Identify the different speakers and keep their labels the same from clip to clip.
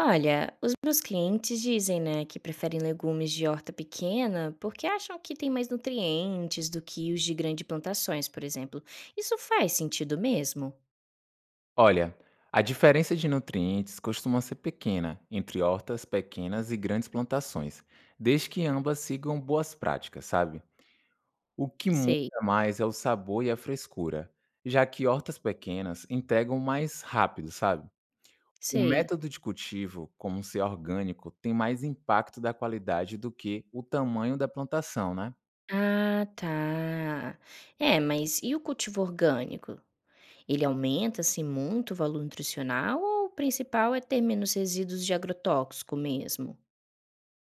Speaker 1: Olha, os meus clientes dizem, né, que preferem legumes de horta pequena porque acham que tem mais nutrientes do que os de grandes plantações, por exemplo. Isso faz sentido mesmo?
Speaker 2: Olha, a diferença de nutrientes costuma ser pequena entre hortas pequenas e grandes plantações, desde que ambas sigam boas práticas, sabe? O que muda
Speaker 1: Sei,
Speaker 2: mais é o sabor e a frescura, já que hortas pequenas entregam mais rápido, sabe? O
Speaker 1: sei.
Speaker 2: método de cultivo, como ser orgânico, tem mais impacto da qualidade do que o tamanho da plantação, né?
Speaker 1: Ah, tá. É, mas e o cultivo orgânico? Ele aumenta, assim, muito o valor nutricional ou o principal é ter menos resíduos de agrotóxico mesmo?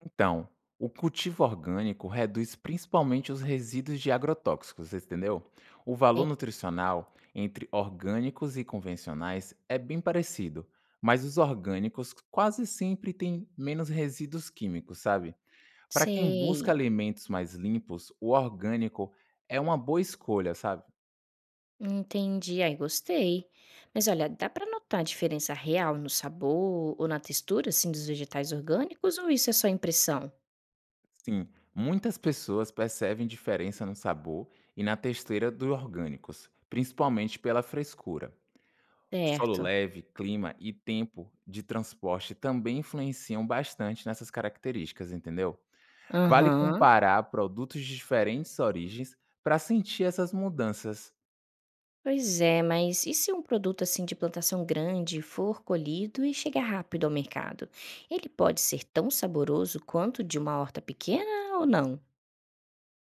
Speaker 2: Então, o cultivo orgânico reduz principalmente os resíduos de agrotóxicos, você entendeu? O valor nutricional entre orgânicos e convencionais é bem parecido, mas os orgânicos quase sempre têm menos resíduos químicos, sabe? Para quem busca
Speaker 1: Sei.
Speaker 2: alimentos mais limpos, o orgânico é uma boa escolha, sabe?
Speaker 1: Entendi, aí gostei. Mas olha, dá pra notar a diferença real no sabor ou na textura, assim, dos vegetais orgânicos, ou isso é só impressão?
Speaker 2: Sim, muitas pessoas percebem diferença no sabor e na textura dos orgânicos, principalmente pela frescura. Solo
Speaker 1: Certo.
Speaker 2: leve, clima e tempo de transporte também influenciam bastante nessas características, entendeu? Vale
Speaker 1: Aham.
Speaker 2: comparar produtos de diferentes origens para sentir essas mudanças.
Speaker 1: Pois é, mas e se um produto assim de plantação grande for colhido e chegar rápido ao mercado? Ele pode ser tão saboroso quanto de uma horta pequena ou não?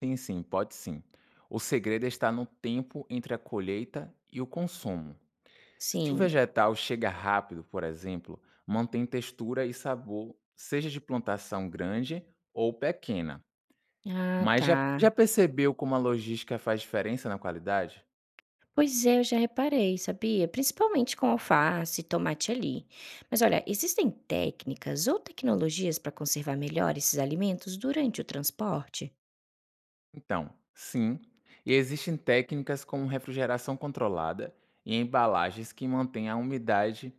Speaker 2: Sim, sim, pode sim. O segredo está no tempo entre a colheita e o consumo. Se o
Speaker 1: Sim.
Speaker 2: vegetal chega rápido, por exemplo, mantém textura e sabor, seja de plantação grande ou pequena.
Speaker 1: Ah,
Speaker 2: Mas
Speaker 1: tá.
Speaker 2: já, já percebeu como a logística faz diferença na qualidade?
Speaker 1: Pois é, eu já reparei, sabia? Principalmente com alface, e tomate ali. Mas olha, existem técnicas ou tecnologias para conservar melhor esses alimentos durante o transporte?
Speaker 2: Então, sim, e existem técnicas como refrigeração controlada e embalagens que mantêm a umidade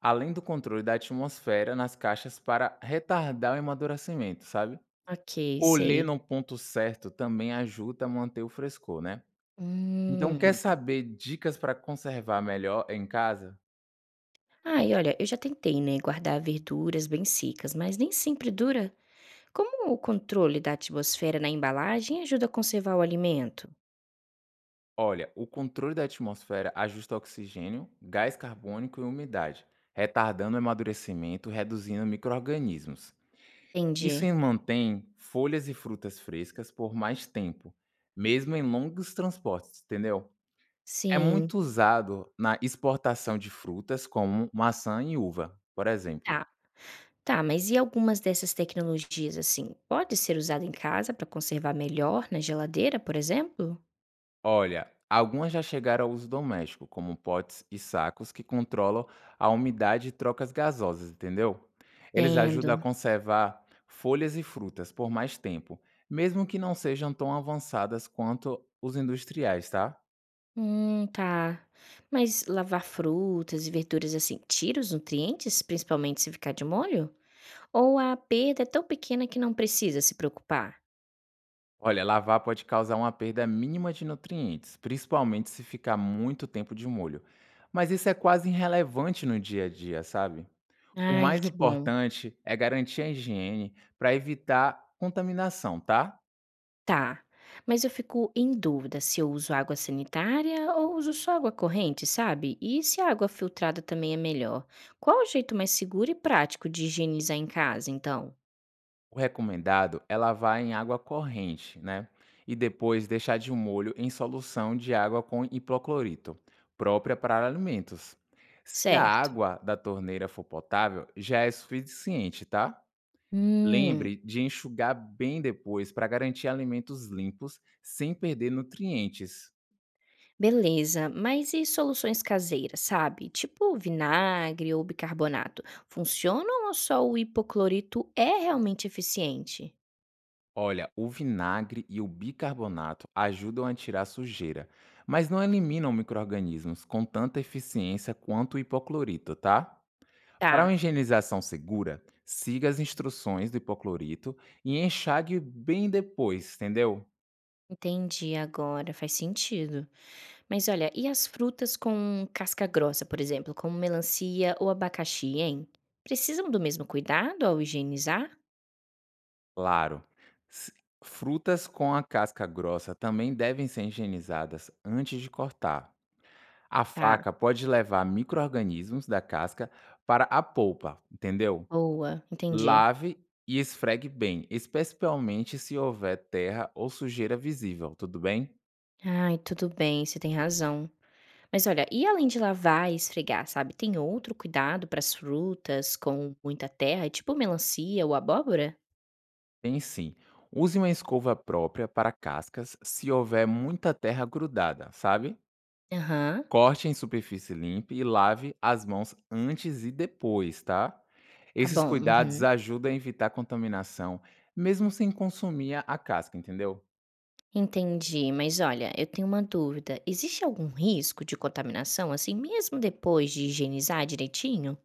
Speaker 2: além do controle da atmosfera nas caixas para retardar o amadurecimento, sabe?
Speaker 1: Ok,
Speaker 2: Colher
Speaker 1: sei.
Speaker 2: no ponto certo também ajuda a manter o frescor, né? Então, quer
Speaker 1: Hum.
Speaker 2: saber dicas para conservar melhor em casa?
Speaker 1: Ah, e olha, eu já tentei, né, guardar verduras bem secas, mas nem sempre dura. Como o controle da atmosfera na embalagem ajuda a conservar o alimento?
Speaker 2: Olha, o controle da atmosfera ajusta oxigênio, gás carbônico e umidade, retardando o amadurecimento, reduzindo micro-organismos. Isso
Speaker 1: Entendi.
Speaker 2: em mantém folhas e frutas frescas por mais tempo, mesmo em longos transportes, entendeu? É
Speaker 1: Sim.
Speaker 2: muito usado na exportação de frutas como maçã e uva, por exemplo.
Speaker 1: Tá. Tá, mas e algumas dessas tecnologias, assim, pode ser usada em casa para conservar melhor na geladeira, por exemplo?
Speaker 2: Olha, algumas já chegaram ao uso doméstico, como potes e sacos que controlam a umidade e trocas gasosas, entendeu? Eles ajudam a
Speaker 1: Entendo.
Speaker 2: conservar folhas e frutas por mais tempo, mesmo que não sejam tão avançadas quanto os industriais, tá?
Speaker 1: Tá. Mas lavar frutas e verduras assim tira os nutrientes, principalmente se ficar de molho? Ou a perda é tão pequena que não precisa se preocupar?
Speaker 2: Olha, lavar pode causar uma perda mínima de nutrientes, principalmente se ficar muito tempo de molho. Mas isso é quase irrelevante no dia a dia, sabe? O
Speaker 1: Ai,
Speaker 2: mais
Speaker 1: que bom.
Speaker 2: importante é garantir a higiene para evitar contaminação, tá?
Speaker 1: Tá, mas eu fico em dúvida se eu uso água sanitária ou uso só água corrente, sabe? E se a água filtrada também é melhor? Qual o jeito mais seguro e prático de higienizar em casa, então?
Speaker 2: O recomendado é lavar em água corrente, né? E depois deixar de molho em solução de água com hipoclorito, própria para alimentos. Se a
Speaker 1: Certo.
Speaker 2: água da torneira for potável, já é suficiente, tá?
Speaker 1: Hum,
Speaker 2: Lembre de enxugar bem depois para garantir alimentos limpos sem perder nutrientes.
Speaker 1: beleza. Mas e soluções caseiras, sabe? Tipo vinagre ou bicarbonato. Funcionam ou só o hipoclorito é realmente eficiente?
Speaker 2: Olha, o vinagre e o bicarbonato ajudam a tirar sujeira, mas não eliminam micro-organismos com tanta eficiência quanto o hipoclorito, tá? Para uma
Speaker 1: Tá,
Speaker 2: higienização segura, siga as instruções do hipoclorito e enxague bem depois, entendeu?
Speaker 1: entendi agora, faz sentido. Mas olha, e as frutas com casca grossa, por exemplo, como melancia ou abacaxi, hein? Precisam do mesmo cuidado ao higienizar?
Speaker 2: Claro. s- Frutas com a casca grossa também devem ser higienizadas antes de cortar. A
Speaker 1: Tá,
Speaker 2: faca pode levar micro-organismos da casca para a polpa, entendeu?
Speaker 1: boa, entendi.
Speaker 2: Lave e esfregue bem, especialmente se houver terra ou sujeira visível, tudo bem?
Speaker 1: Ai, tudo bem, você tem razão. Mas olha, e além de lavar e esfregar, sabe, tem outro cuidado para as frutas com muita terra, tipo melancia ou abóbora?
Speaker 2: Tem sim. Use uma escova própria para cascas se houver muita terra grudada, sabe?
Speaker 1: Aham,
Speaker 2: Corte em superfície limpa e lave as mãos antes e depois, tá?
Speaker 1: tá
Speaker 2: Esses
Speaker 1: bom,
Speaker 2: cuidados
Speaker 1: uhum.
Speaker 2: ajudam a evitar contaminação, mesmo sem consumir a casca, entendeu?
Speaker 1: Entendi, mas olha, eu tenho uma dúvida. Existe algum risco de contaminação assim mesmo depois de higienizar direitinho?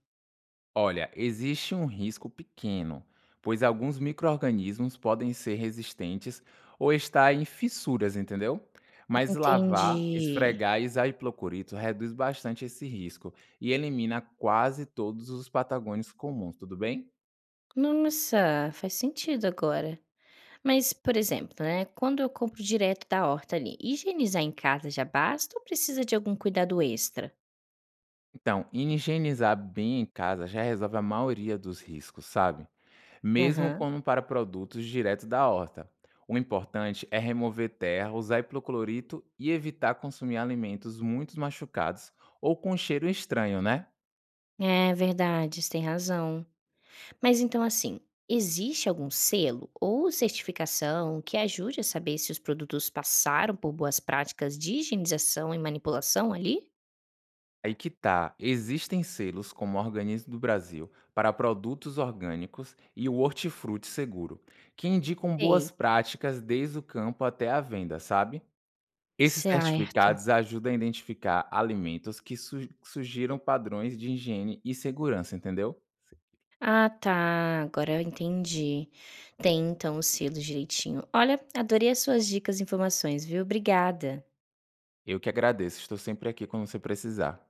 Speaker 2: Olha, existe um risco pequeno, pois alguns micro-organismos podem ser resistentes ou estar em fissuras, entendeu? Mas lavar,
Speaker 1: Entendi.
Speaker 2: esfregar e usar hipoclorito reduz bastante esse risco e elimina quase todos os patagônios comuns, tudo bem?
Speaker 1: Nossa, faz sentido agora. Mas, por exemplo, né, quando eu compro direto da horta ali, higienizar em casa já basta ou precisa de algum cuidado extra?
Speaker 2: Então, higienizar bem em casa já resolve a maioria dos riscos, sabe? Mesmo
Speaker 1: Aham.
Speaker 2: como para produtos direto da horta. O importante é remover terra, usar hipoclorito e evitar consumir alimentos muito machucados ou com cheiro estranho, né?
Speaker 1: É verdade, você tem razão. Mas então, assim, existe algum selo ou certificação que ajude a saber se os produtos passaram por boas práticas de higienização e manipulação ali?
Speaker 2: Aí que tá, existem selos como Organismo do Brasil para produtos orgânicos e o Hortifruti Seguro, que indicam boas
Speaker 1: Sei.
Speaker 2: práticas desde o campo até a venda, sabe? Esses
Speaker 1: Certo.
Speaker 2: certificados ajudam a identificar alimentos que sugiram padrões de higiene e segurança, entendeu?
Speaker 1: Ah, tá. Agora eu entendi. Tem então o selo direitinho. Olha, adorei as suas dicas e informações, viu? Obrigada.
Speaker 2: Eu que agradeço, estou sempre aqui quando você precisar.